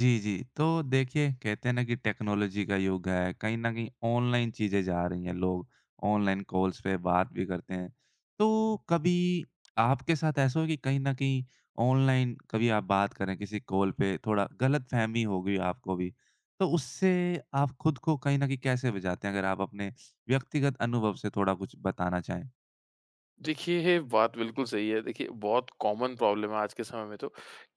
जी, जी। तो देखिए, कहते हैं ना कि टेक्नोलॉजी का युग है, कहीं न कहीं ऑनलाइन चीज़ें जा रही हैं, लोग ऑनलाइन कॉल्स पे बात भी करते हैं। तो कभी आपके साथ ऐसा हुआ कि कहीं न कहीं ऑनलाइन कभी आप बात कर रहे हैं किसी कॉल पे, थोड़ा गलतफ़हमी हो गई आपको भी, तो उससे आप खुद को कहीं न कहीं कैसे बचाते हैं? अगर आप अपने व्यक्तिगत अनुभव से थोड़ा कुछ बताना चाहें। देखिए, ये बात बिल्कुल सही है। देखिए, बहुत कॉमन प्रॉब्लम है आज के समय में तो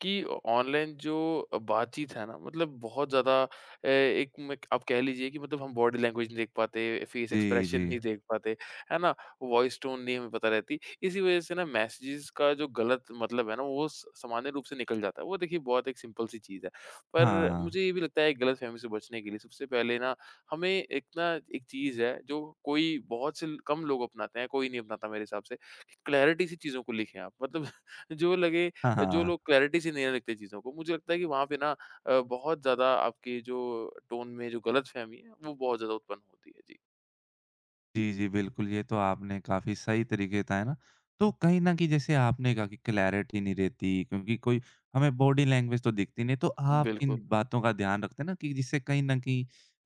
कि ऑनलाइन जो बातचीत है ना, मतलब बहुत ज़्यादा एक में आप कह लीजिए कि मतलब हम बॉडी लैंग्वेज नहीं देख पाते, फेस जी, एक्सप्रेशन जी। नहीं देख पाते, है ना? वॉइस टोन नहीं हमें पता रहती। इसी वज़ह से ना मैसेजेज़ का जो गलत मतलब है ना, वो स सामान्य रूप से निकल जाता है। वो देखिए बहुत एक सिंपल सी चीज़ है। पर हाँ। मुझे ये भी लगता है गलतफ़हमी से बचने के लिए सबसे पहले ना हमें एक ना एक चीज़ है जो कोई बहुत से कम लोग अपनाते हैं, कोई नहीं अपनाता मेरे हिसाब से कि क्लैरिटी से चीज़ों को लिखें आप। मतलब जो लगे हाँ, जो हाँ। लोग क्लैरिटी से नहीं लिखते चीज़ों को, मुझे लगता है कि वहाँ पे ना बहुत ज़्यादा आपकी जो टोन में जो गलतफ़हमी है, वो बहुत ज़्यादा उत्पन्न होती है। जी, जी, जी, बिल्कुल, ये तो आपने काफ़ी सही तरीके बताए ना। तो कहीं न कहीं जैसे आपने कहा कि क्लैरिटी नहीं रहती क्योंकि कोई हमें बॉडी लैंग्वेज तो दिखती नहीं, तो आप किन बिल्कुल। बातों का ध्यान रखते हैं ना कि जिससे कहीं न कहीं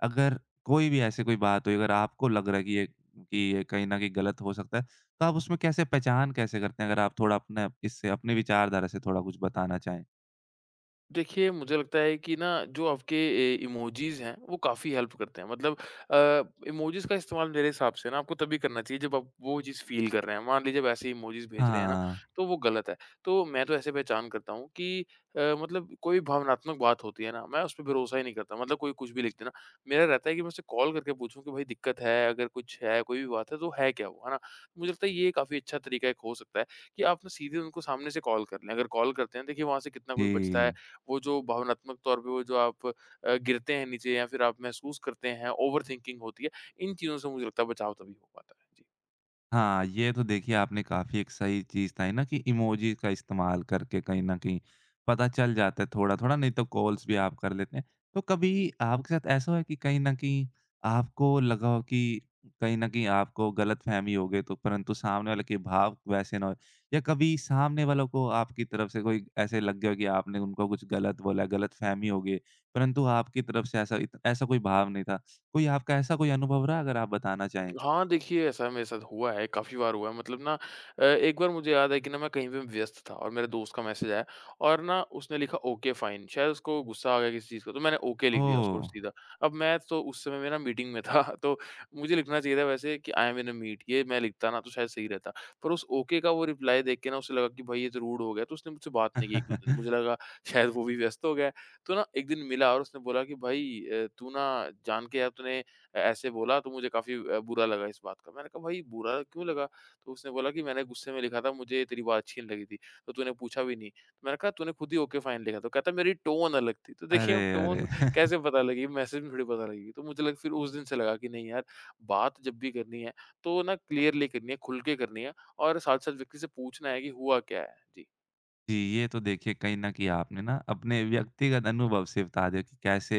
अगर कोई भी ऐसी कोई बात हुई, अगर आपको लग रहा है कि ये कहीं न कहीं गलत हो सकता है, तो आप उसमें कैसे पहचान कैसे करते हैं? अगर आप थोड़ा अपने इससे अपनी विचारधारा से थोड़ा कुछ बताना चाहें? देखिए, मुझे लगता है कि ना जो आपके इमोजीज़ हैं, वो काफ़ी हेल्प करते हैं। मतलब इमोजीज़ का इस्तेमाल मेरे हिसाब से ना आपको तभी करना चाहिए जब आप वो चीज़ फ़ील कर रहे हैं। मान लीजिए, वैसे ही इमोजीज़ भेज रहे हैं ना, हाँ, तो वो गलत है। तो मैं तो ऐसे पहचान करता हूँ कि मतलब कोई भावनात्मक बात होती है ना, मैं उस पे भरोसा ही नहीं करता। मतलब कोई कुछ भी लिख दे ना, मेरा रहता है कि मैं उससे कॉल करके पूछूँ कि भाई दिक्कत है, अगर कुछ है, कोई भी बात है, तो है क्या वो, है ना? मुझे लगता है ये काफ़ी अच्छा तरीका एक हो सकता है कि आप ना सीधे उनको सामने से कॉल कर लें। अगर कॉल करते हैं, देखिए वहाँ से कितना कुछ बचता है। जी। वो जो भावनात्मक तौर पे वो जो आप गिरते हैं नीचे या फिर आप महसूस करते हैं, ओवरथिंकिंग होती है, इन चीज़ों से मुझे लगता है बचाव तभी हो पाता है। जी। हाँ, ये तो देखिए आपने काफ़ी एक सही चीज़ बताई ना कि इमोजी का इस्तेमाल करके कहीं न कहीं पता चल जाता है थोड़ा-थोड़ा, नहीं तो कॉल्स भी आप कर लेते हैं। तो कभी आपके साथ ऐसा हुआ है कि कहीं न कहीं आपको लगा हो कि कहीं न कहीं आपको गलतफ़हमी हो गई तो परंतु सामने वाले के भाव वैसे ना होए या कभी सामने वालों को आपकी तरफ से कोई ऐसे लग गया हो कि आपने उनको कुछ गलत बोला, गलतफ़हमी हो गई है, परंतु आपकी तरफ से ऐसा कोई भाव नहीं था। कोई आपका ऐसा कोई अनुभव रहा अगर आप बताना चाहें? हाँ, देखिए ऐसा मेरे साथ हुआ है, काफ़ी बार हुआ है मतलब ना एक बार मुझे याद है कि ना मैं कहीं पे व्यस्त था और मेरे दोस्त का मैसेज आया और ना उसने लिखा ओके फाइन, शायद उसको गुस्सा आ गया किसी चीज़ का, तो मैंने ओके लिख दिया ओह! उसको सीधा। अब मैं तो उस समय मेरा मीटिंग में था तो मुझे लिखना चाहिए था वैसे कि आई एम इन अ मीट, ये मैं लिखता ना तो शायद सही रहता। पर उस ओके का वो रिप्लाई देख के ना उसे लगा कि भाई ये तो रूड हो गया, तो उसने मुझसे बात नहीं की एक-दो दिन। मुझे लगा शायद वो भी व्यस्त हो गया है। तो ना एक दिन मिला और उसने बोला कि भाई तू ना जान के यार तूने ऐसे बोला तो मुझे काफ़ी बुरा लगा इस बात का। मैंने कहा भाई बुरा क्यों लगा? तो उसने बोला कि मैंने गुस्से में लिखा था, मुझे तेरी बात अच्छी नहीं लगी थी, तो तूने पूछा भी नहीं। तो मैंने कहा तूने खुद ही ओके फाइन लिखा था। कहता मेरी टोन अलग थी। तो देखिए अरे, अब टोन अरे! कैसे पता लगेगी? मैसेज में थोड़ी पता लगेगी। तो मुझे लग फिर उस दिन से लगा कि नहीं यार बात जब भी करनी है तो ना क्लियरली करनी है, खुल के करनी है और साथ-साथ व्यक्ति से पूछना है कि हुआ क्या है? जी। जी, ये तो देखिए कहीं न कहीं आपने ना अपने व्यक्तिगत अनुभव से बता दिया कि कैसे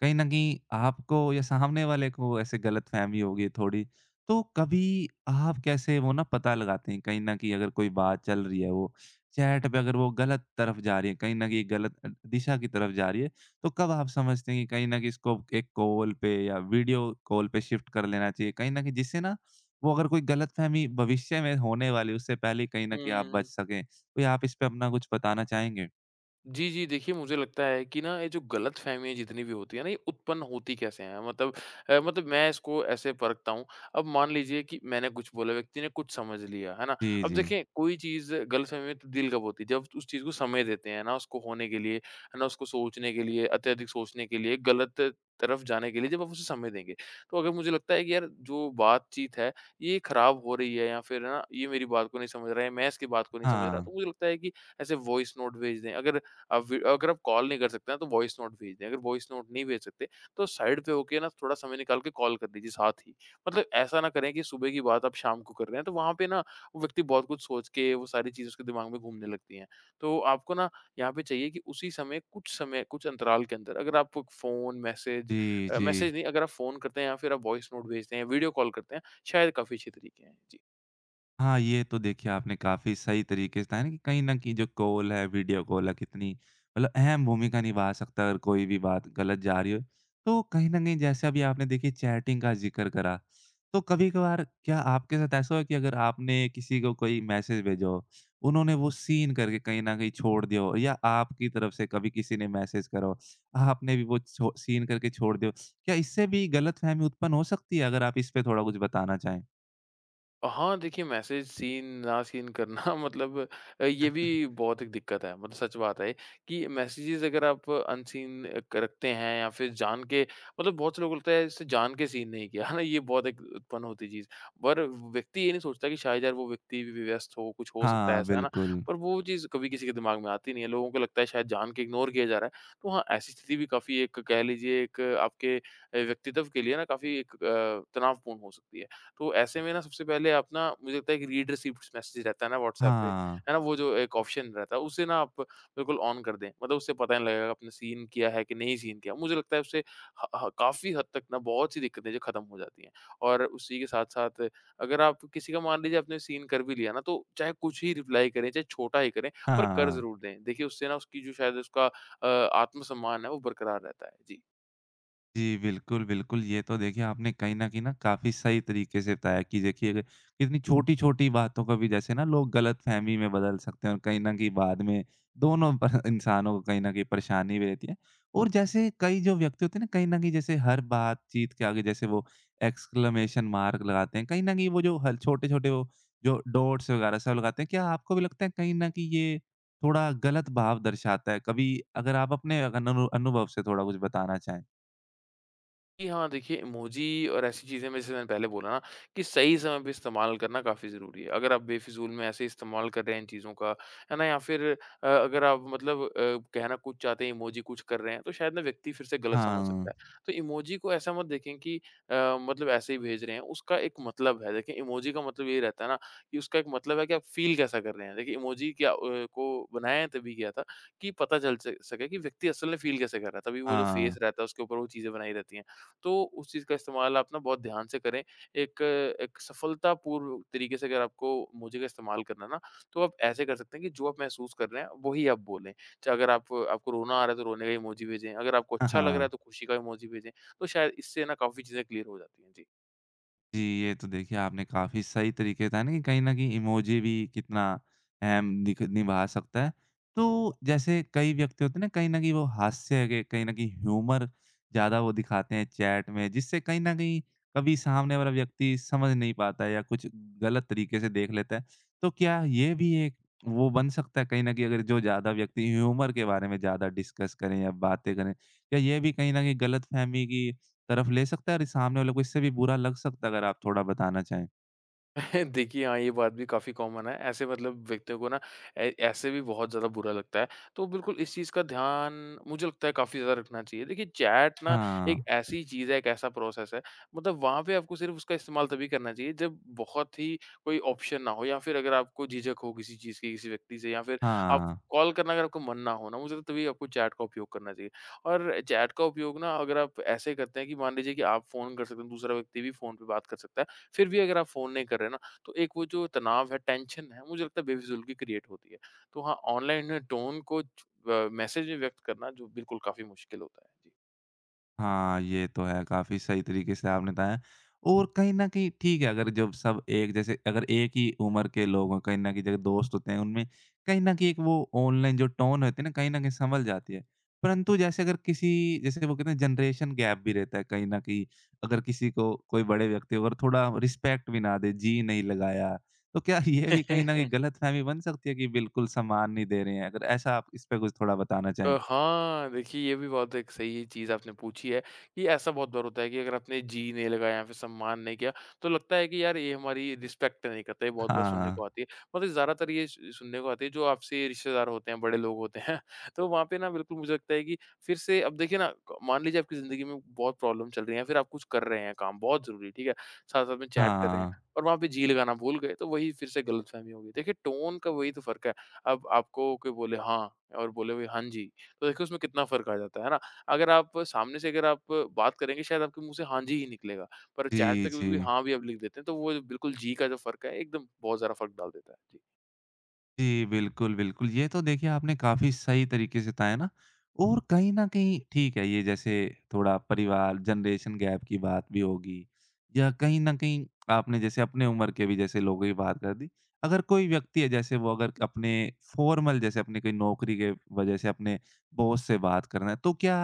कहीं न कहीं आपको या सामने वाले को ऐसे गलतफ़हमी हो गई थोड़ी। तो कभी आप कैसे वो ना पता लगाते हैं कहीं न कहीं अगर कोई बात चल रही है वो चैट पे अगर वो गलत तरफ जा रही है, कहीं न कहीं गलत दिशा की तरफ जा रही है, तो कब आप समझते हैं कि कहीं न कहीं इसको एक कॉल पे या वीडियो कॉल पे शिफ्ट कर लेना चाहिए? कहीं न कहीं जिससे ना वो अगर कोई गलतफ़हमी भविष्य में होने वाली है उससे पहले ही कहीं न कहीं आप बच हुँ। सकें? कोई आप इस पे अपना कुछ बताना चाहेंगे? जी, जी। देखिए, मुझे लगता है कि ना ये जो गलतफ़हमियाँ जितनी भी होती है ना, ये उत्पन्न होती कैसे हैं? मतलब मैं इसको ऐसे परखता हूँ। अब मान लीजिए कि मैंने कुछ बोला, व्यक्ति ने कुछ समझ लिया, है ना? जी, अब जी। देखें, कोई चीज़ गलतफ़हमी में तब्दील कब होती है? जब उस चीज़ को समय देते हैं ना उसको होने के लिए, है ना, उसको सोचने के लिए, अत्यधिक सोचने के लिए, गलत तरफ जाने के लिए जब आप उसे समय देंगे। तो अगर मुझे लगता है कि यार जो बातचीत है, ये खराब हो रही है या फिर है ना, ये मेरी बात को नहीं समझ रहा है, मैं इसकी बात को नहीं समझ रहा, हाँ। तो मुझे लगता है कि ऐसे वॉइस नोट भेज दें। अगर अब वी अगर आप कॉल नहीं कर सकते हैं, तो वॉइस नोट भेज दें, अगर वॉइस नोट नहीं भेज सकते, तो साइड पे होके ना थोड़ा समय निकाल के कॉल कर लीजिए साथ ही। मतलब ऐसा ना करें कि सुबह की बात आप शाम को कर रहे हैं, तो वहाँ पे ना वो व्यक्ति बहुत कुछ सोच के वो सारी चीज़ें उसके दिमाग में घूमने लगती हैं। तो आपको ना यहाँ पे चाहिए कि उसी समय कुछ अंतराल के अंदर अगर आप फ़ोन, मैसेज जी, जी। मैसेज नहीं, अगर आप फ़ोन करते हैं या फिर आप वॉइस नोट भेजते हैं, वीडियो कॉल करते हैं, शायद काफ़ी अच्छे तरीके हैं। हाँ, ये तो देखिए आपने काफ़ी सही तरीके से बताया ना कि कहीं न कहीं जो कॉल है, वीडियो कॉल है, कितनी मतलब अहम भूमिका निभा सकता है अगर कोई भी बात गलत जा रही हो। तो कहीं न कहीं जैसे अभी आपने देखिए चैटिंग का ज़िक्र करा, तो कभी-कभार क्या आपके साथ ऐसा हुआ कि अगर आपने किसी को कोई मैसेज भेजा हो, उन्होंने वो सीन करके कहीं न कहीं छोड़ दिया हो या आपकी तरफ से कभी किसी ने मैसेज करा हो, आपने भी वो छो सीन करके छोड़ दिया हो, क्या इससे भी गलतफ़हमी उत्पन्न हो सकती है? अगर आप इस पे थोड़ा कुछ बताना चाहें। हाँ, देखिए मैसेज सीन ना सीन करना मतलब ये भी बहुत एक दिक्कत है, मतलब सच बात है कि मैसेजेस अगर आप अनसीन अ, क रखते हैं या फिर जान के, मतलब बहुत से लोगों को लगता है इससे जान के सीन नहीं किया है ना, ये बहुत एक उत्पन्न होती चीज़। पर व्यक्ति ये नहीं सोचता कि शायद यार वो व्यक्ति भी व्यस्त हो, कुछ हो सकता है हाँ, ऐसा, है ना? बिल्कुल। पर वो चीज़ कभी किसी के दिमाग में आती नहीं है, लोगों को लगता है शायद जान के इग्नोर किया जा रहा है। तो हाँ, ऐसी स्थिति भी काफ़ी एक कह लीजिए एक आपके व्यक्तित्व के लिए ना काफ़ी एक तनावपूर्ण हो सकती है। तो ऐसे में ना सबसे पहले आप ना मुझे लगता है कि रीड रिसीप्ट्स मैसेज रहता है ना व्हाट्सएप पे, हाँ, है ना? वो जो एक ऑप्शन रहता है उसे ना आप बिल्कुल ऑन कर दें। मतलब उससे पता नहीं लगेगा आपने सीन किया है कि नहीं सीन किया। मुझे लगता है उससे ह ह काफ़ी हद तक ना बहुत सी दिक्कतें जो ख़त्म हो जाती हैं। और उसी के साथ-साथ अगर आप किसी का मान लीजिए आपने सीन कर भी लिया ना तो चाहे कुछ ही रिप्लाई करें, चाहे छोटा ही करें हाँ, पर हाँ, कर हाँ। ज़रूर दें। देखिए उससे ना उसकी जो शायद उसका आत्मसम्मान है वो बरकरार रहता है। जी। जी, बिल्कुल, बिल्कुल। ये तो देखिए आपने कहीं न काफ़ी सही तरीके से बताया कि देखिए अगर कितनी छोटी-छोटी बातों को भी जैसे ना लोग गलतफ़हमी में बदल सकते हैं और कहीं न कहीं बाद में दोनों पर इंसानों को कहीं न कहीं परेशानी भी रहती है। और जैसे कई जो व्यक्ति होते हैं ना, कहीं न कहीं जैसे हर बातचीत के आगे जैसे वो एक्सक्लेमेशन मार्क लगाते हैं। कहीं न कहीं वो जो हल छोटे-छोटे वो जो डॉट्स वगैरह सब लगाते हैं, क्या आपको भी लगता है कहीं न कहीं ये थोड़ा गलत भाव दर्शाता है? कभी अगर आप अपने अगर अनुभव से थोड़ा कुछ बताना चाहें? जी हाँ, देखिए इमोजी और ऐसी चीज़ें में जैसे मैंने पहले बोला ना कि सही समय पे इस्तेमाल करना काफ़ी ज़रूरी है। अगर आप बेफ़िज़ूल में ऐसे इस्तेमाल कर रहे हैं इन चीज़ों का, है ना? या फिर अगर आप मतलब कहना कुछ चाहते हैं, इमोजी कुछ कर रहे हैं, तो शायद ना व्यक्ति फिर से गलत समझ सकता हाँ, है। तो इमोजी को ऐसा मत देखें कि अ, मतलब ऐसे ही भेज रहे हैं, उसका एक मतलब है। देखिए इमोजी का मतलब ये रहता है ना कि उसका एक मतलब है कि आप फ़ील कैसा कर रहे हैं। देखिए को बनाया है तभी गया था कि पता चल स सके कि व्यक्ति असल में फ़ील कैसे कर रहा है। तभी वो जो हाँ। फ़ेस रहता है उसके ऊपर वो चीज़ें बनाई रहती हैं। तो उस चीज़ का इस्तेमाल आप ना बहुत ध्यान से करें। एक एक सफलतापूर्व तरीके से अगर आपको मोजे का इस्तेमाल करना है ना, तो आप ऐसे कर सकते हैं कि जो आप महसूस कर रहे हैं, वही आप बोलें। चाहे अगर आप, आपको रोना आ रहा है, तो रोने का इमोजी भेजें। अगर आपको हाँ, अच्छा लग रहा है, हाँ। तो खुशी का इमोजी भेजें। तो शायद इससे ना काफ़ी चीज़ें क्लियर हो जाती हैं। जी। जी, ये तो देखिए आपने काफ़ी सही तरीके बताया ना कि कहीं न कहीं इमोजी भी कितना अहम निक निभा सकता है। तो जैसे कई व्यक्ति होते हैं ना, कहीं न कहीं वो हास्य के कहीं न कहीं ह्यूमर ज़्यादा वो दिखाते हैं चैट में, जिससे कहीं न कहीं कभी सामने वाला व्यक्ति समझ नहीं पाता है या कुछ गलत तरीके से देख लेता है। तो क्या ये भी एक वो बन सकता है कहीं न कहीं अगर जो ज़्यादा व्यक्ति ह्यूमर के बारे में ज़्यादा डिस्कस करें या बातें करें, क्या ये भी कहीं न कहीं गलतफ़हमी की तरफ ले सकता है और सामने वाले को इससे भी बुरा लग सकता है, अगर आप थोड़ा बताना चाहें। देखिए हाँ, ये बात भी काफ़ी कॉमन है। ऐसे मतलब व्यक्तियों को ना ऐ ऐसे भी बहुत ज़्यादा बुरा लगता है। तो बिल्कुल इस चीज़ का ध्यान मुझे लगता है काफ़ी ज़्यादा रखना चाहिए। देखिए चैट ना हाँ, एक ऐसी चीज़ है, एक ऐसा प्रोसेस है, मतलब वहाँ पे आपको सिर्फ़ उसका इस्तेमाल तभी करना चाहिए जब बहुत ही कोई ऑप्शन ना हो या फिर अगर आपको झिझक हो किसी चीज़ की किसी व्यक्ति से या फिर आप हाँ। कॉल करना अगर आपको मन ना हो ना, मुझे लगता है तभी आपको चैट का उपयोग करना चाहिए। और चैट का उपयोग ना अगर आप ऐसे करते हैं कि मान लीजिए कि आप फ़ोन कर सकते हैं, दूसरा व्यक्ति भी फ़ोन पे बात कर सकता है। फिर भी अगर आप फ़ोन नहीं कर रहे ना तो एक वो जो तनाव है, टेंशन है, मुझे लगता है बेफिज़ूलगी क्रिएट होती है। तो हाँ, ऑनलाइन टोन को मैसेज में व्यक्त करना जो बिल्कुल काफ़ी मुश्किल होता है। हाँ, ये तो है, काफ़ी सही तरीके से आपने बताया और कहीं न कहीं ठीक है, अगर जब सब एक जैसे अगर एक ही उम्र के लोग हों, कहीं न कहीं जैसे दोस्त होते हैं, उनमें कहीं न कहीं एक वो ऑनलाइन जो टोन होती है ना, कहीं न कहीं संभल जाती है। परंतु जैसे अगर किसी जैसे वो कहते हैं जनरेशन गैप भी रहता है कहीं न कहीं, अगर किसी को कोई बड़े व्यक्ति को अगर थोड़ा रिस्पेक्ट भी ना दे, जी नहीं लगाया, तो क्या ये भी कहीं न कहीं जी। गलतफ़हमी बन सकती है कि बिल्कुल सम्मान नहीं दे रहे हैं? अगर ऐसा आप इस पे कुछ थोड़ा बताना चाहें? हाँ, देखिए ये भी बहुत एक सही चीज़ आपने पूछी है कि ऐसा बहुत बार होता है कि अगर आपने जी नहीं लगाया या फिर सम्मान नहीं किया, तो लगता है कि यार ये हमारी रिस्पेक्ट नहीं करता, ये बहुत बार सुनने को हाँ, आती है। मतलब ज़्यादातर ये स सुनने को आती है जो आपसे रिश्तेदार होते हैं, बड़े लोग होते हैं। तो वहाँ पे ना बिल्कुल मुझे लगता है कि फिर से अब देखिए ना क मान लीजिए आपकी ज़िंदगी में बहुत प्रॉब्लम चल रही है या फिर आप कुछ कर रहे हैं काम बहुत ज़रूरी, ठीक है? साथ-साथ में चैट कर रहे हैं हाँ। और वहाँ पे जी लगाना भूल गए, तो वही फिर से गलतफ़हमी होगी। देखिए टोन का वही तो फ़र्क है। अब आपको कोई बोले हाँ और बोले कोई हाँ जी। तो देखो उसमें कितना फ़र्क आ जाता है ना? अगर आप सामने से अगर आप बात करेंगे शायद आपके मुँह से हाँ जी ही निकलेगा, पर चैट जी, पे जी। कभी-कभी हाँ भी आप लिख देते हैं, तो वो बिल्कुल जी का जो फ़र्क है एकदम बहुत ज़्यादा फ़र्क डाल देता है। जी। जी, बिल्कुल, बिल्कुल। ये तो देखिए आपने काफ़ी सही तरीके से बताया ना और कहीं न कहीं ठीक है, ये जैसे थोड़ा परिवार, जनरेशन गैप की बात भी होगी या कहीं न कहीं आपने जैसे अपने उम्र के भी जैसे लोगों की बात कर दी। अगर कोई व्यक्ति है जैसे वो अगर अपने फ़ॉर्मल जैसे अपने कोई नौकरी के वजह से अपने बॉस से बात करना है, तो क्या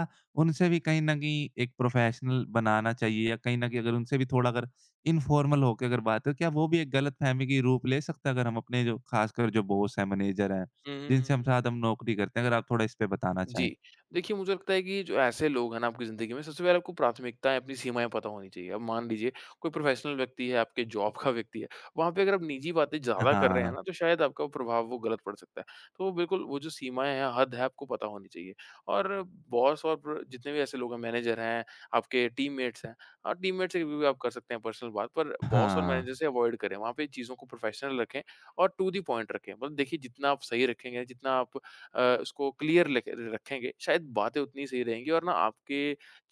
उनसे भी कहीं न कहीं एक प्रोफ़ेशनल बनाना चाहिए या कहीं न कहीं अगर उनसे भी थोड़ा अगर इनफ़ॉर्मल होके अगर बात हो, क्या वो भी एक गलतफ़हमी की रूप ले सकता है? अगर हम अपने जो खासकर जो बॉस हैं, मैनेजर हैं, हुँ, हुँ, जिनसे हुँ, हम हुँ। साथ हम नौकरी करते हैं, अगर आप थोड़ा इस पे बताना जी, चाहें? देखिए मुझे लगता है कि जो ऐसे लोग हैं ना आपकी ज़िंदगी में, सबसे पहले आपको प्राथमिकताएँ, अपनी सीमाएँ पता होनी चाहिए। अब मान लीजिए कोई प्रोफ़ेशनल व्यक्ति है, आपके जॉब का व्यक्ति है, वहाँ पे अगर आप निजी बातें ज़्यादा कर रहे हैं हाँ। ना, तो शायद आपका वो प्रभाव वो गलत पड़ सकता है। तो बिल्कुल वो जो सीमाएँ हैं, हद है, आपको पता होनी चाहिए। और बॉस और प्र जितने भी ऐसे लोग हैं, मैनेजर हैं, आपके टीममेट्स हैं, हाँ, टीममेट से भी आप कर सकते हैं पर्सनल बात, पर बॉस और मैनेजर हाँ। से अवॉइड करें। वहाँ पे चीज़ों को प्रोफ़ेशनल रखें और टू द पॉइंट रखें। मतलब देखिए जितना आप सही रखेंगे, जितना आप उसको क्लियर लख रखेंगे, शायद बातें उतनी सही रहेंगी और ना आपके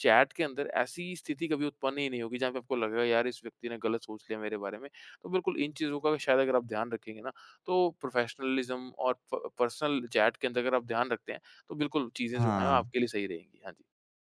चैट के अंदर ऐसी स्थिति कभी उत्पन्न ही नहीं होगी जहाँ पे आपको लगेगा यार इस व्यक्ति ने गलत सोच लिया मेरे बारे में। तो बिल्कुल इन चीज़ों का शायद अगर आप ध्यान रखेंगे ना तो प्रोफेशनलिज़्म और प पर्सनल चैट के अंदर अगर आप ध्यान रखते हैं, तो बिल्कुल चीज़ें जो हैं वो हाँ। आपके लिए सही रहेंगी। हाँ जी।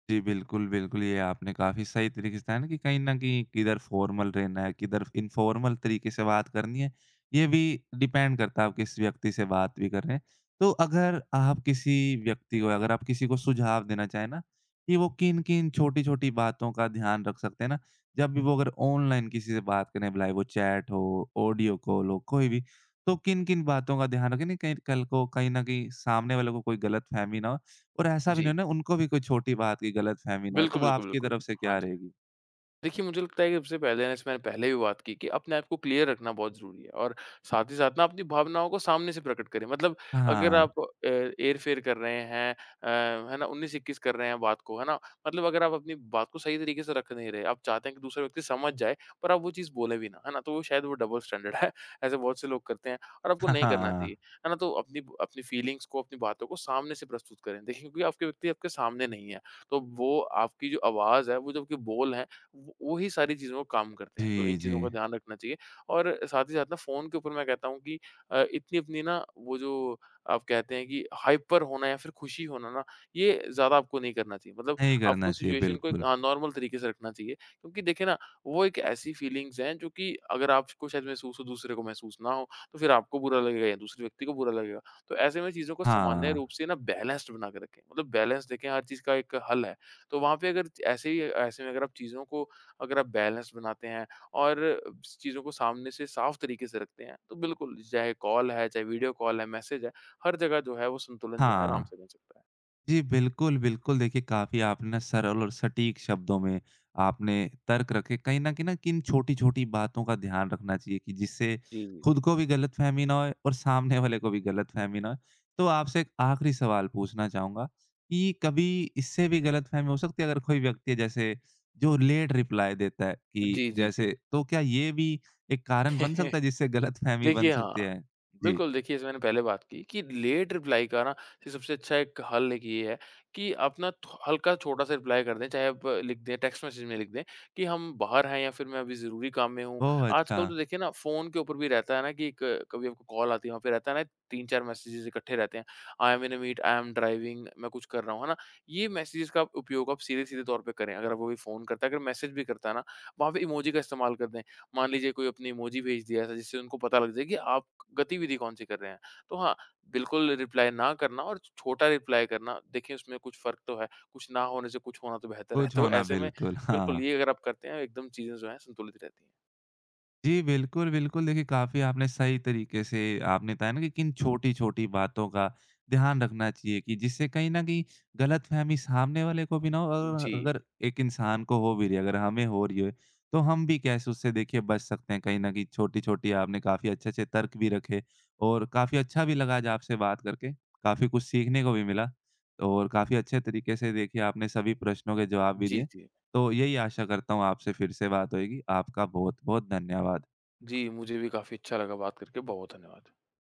जी, बिल्कुल, बिल्कुल। ये आपने काफ़ी सही तरीके से बताया ना कि कहीं न कहीं किधर फ़ॉर्मल रहना है, किधर इनफ़ॉर्मल तरीके से बात करनी है, ये भी डिपेंड करता है आप किस व्यक्ति से बात भी कर रहे हैं। तो अगर आप किसी व्यक्ति को अगर आप किसी को सुझाव देना चाहें ना कि वो किन-किन छोटी-छोटी बातों का ध्यान रख सकते हैं ना, जब भी वो अगर ऑनलाइन किसी से बात करें, भला वो चैट हो, ऑडियो कॉल हो, कोई भी, तो किन-किन बातों का ध्यान रखें ना कहीं कल को कहीं न कहीं सामने वाले को कोई गलतफ़हमी ना हो? और ऐसा भी नहीं जी। हो ना उनको भी कोई छोटी बात की गलतफ़हमी ना हो, तो बिल्कुल, वो बिल्कुल, आपकी बिल्कुल। तरफ से हाँ क्या जी। रहेगी? देखिए, मुझे लगता है कि सबसे पहले ना, जैसे मैंने पहले भी बात की कि अपने आप को क्लियर रखना बहुत ज़रूरी है और साथ ही साथ ना अपनी भावनाओं को सामने से प्रकट करें। मतलब अगर हाँ। आप हेर-फेर कर रहे हैं अ, है ना, 19-21 कर रहे हैं बात को, है ना? मतलब अगर आप अपनी बात को सही तरीके से रख नहीं रहे, आप चाहते हैं कि दूसरा व्यक्ति समझ जाए, पर आप वो चीज़ बोले भी ना, है ना? तो वो शायद वो डबल स्टैंडर्ड है। ऐसे बहुत से लोग करते हैं और आपको हाँ, नहीं करना हाँ। चाहिए, है ना? तो अपनी अपनी फीलिंग्स को, अपनी बातों को सामने से प्रस्तुत करें। देखिए, क्योंकि आपके व्यक्ति आपके सामने नहीं है, तो वो आपकी जो आवाज़ है, वो जो आपके बोल हैं, वो ही सारी चीज़ों को काम करते हैं, तो इन जी, जी। चीज़ों का ध्यान रखना चाहिए और साथ ही साथ ना फ़ोन के ऊपर मैं कहता हूँ कि इतनी अपनी ना वो जो आप कहते हैं कि हाइपर होना या फिर खुशी होना ना, ये ज़्यादा आपको नहीं करना चाहिए। मतलब नहीं आपको करना चाहिए, सिचुएशन को एक बिल्कुल। नॉर्मल तरीके से रखना चाहिए क्योंकि देखिए ना, वो एक ऐसी फीलिंग्स हैं जो कि अगर आपको शायद महसूस हो, दूसरे को महसूस ना हो, तो फिर आपको बुरा लगेगा या दूसरे व्यक्ति को बुरा लगेगा। तो ऐसे में चीज़ों को सामान्य हाँ, रूप से ना बैलेंस्ड बना के रखें, मतलब बैलेंस देखें हर चीज़ का एक हल है। तो वहाँ पे अगर ऐसे में अगर आप चीज़ों को अगर आप बैलेंस बनाते हैं और चीज़ों को सामने से साफ तरीके से रखते हैं, तो बिल्कुल चाहे कॉल है, चाहे वीडियो कॉल है, मैसेज है, हर जगह जो है वो संतुलन जो है आराम हाँ। से बन सकता है। जी, बिल्कुल, बिल्कुल। देखिए, काफ़ी आपने ना सरल और सटीक शब्दों में आपने तर्क रखे। कहीं न कहीं ना कि इन छोटी-छोटी बातों का ध्यान रखना चाहिए कि जिससे जी, जी। खुद को भी गलतफ़हमी ना होए और सामने वाले को भी गलतफ़हमी ना होए। तो आपसे एक आखिरी सवाल पूछना चाहूँगा कि कभी इससे भी गलतफ़हमी हो सकती है अगर कोई व्यक्ति है जैसे जो लेट रिप्लाई देता है कि जी, जी, जी। जैसे तो क्या ये भी एक कारण बन जी। सकता है जिससे गलतफ़हमी बन देखिए सकती हाँ। है? जी। बिल्कुल, देखिए जैसे मैंने पहले बात की कि लेट रिप्लाई का ना ये सबसे अच्छा एक हल एक ये है कि आप ना थो हल्का छोटा-सा रिप्लाई कर दें, चाहे आप लिख दें टेक्स्ट मैसेज में लिख दें कि हम बाहर हैं या फिर मैं अभी ज़रूरी काम में हूँ। ओह! अच्छा। आजकल तो देखिए ना फ़ोन के ऊपर भी रहता है ना कि एक कभी आपको कॉल आती है, वहाँ पे रहता है ना 3-4 मैसेजेज़ इकट्ठे रहते हैं। I am in a meet, I am driving, मैं कुछ कर रहा हूँ, है ना? ये मैसेजेज़ का आप उपयोग आप सीधे-सीधे तौर पे करें। अगर वो भी फ़ोन करता है, अगर मैसेज भी करता है ना, वहाँ पे इमोजी का इस्तेमाल कर दें। मान लीजिए कोई अपनी इमोजी भेज दिया ऐसा जिससे उनको पता लग जाए कि आप गतिविधि कौन-सी कर रहे हैं। तो हाँ, बिल्कुल रिप्लाई ना करना और छोटा रिप्लाई करना, देखिए उसमें कुछ फ़र्क तो है, कुछ ना होने से कुछ होना तो बेहतर है। कुछ तो होना ऐसे में बिल्कुल, बिल्कुल हाँ। ये अगर आप करते हैं, एकदम चीज़ें जो हैं संतुलित रहती हैं। जी, बिल्कुल, बिल्कुल। देखिए, काफ़ी आपने सही तरीके से आपने बताया ना कि किन छोटी-छोटी बातों का ध्यान रखना चाहिए कि जिससे कहीं न कहीं गलतफ़हमी सामने वाले को भी ना हो और जी। अगर एक इंसान को हो भी रही है, अगर हमें हो रही है, तो हम भी कैसे उससे देखिए बच सकते हैं। कहीं न कहीं छोटी-छोटी आपने काफ़ी अच्छे-अच्छे तर्क भी रखे और काफ़ी अच्छा भी लगा आज आपसे बात करके। काफ़ी कुछ सीखने को भी मिला और काफ़ी अच्छे तरीके से देखिए आपने सभी प्रश्नों के जवाब भी जी, दिए। जी। तो यही आशा करता हूँ आपसे फिर से बात होएगी। आपका बहुत-बहुत धन्यवाद। जी, मुझे भी काफ़ी अच्छा लगा बात करके, बहुत धन्यवाद।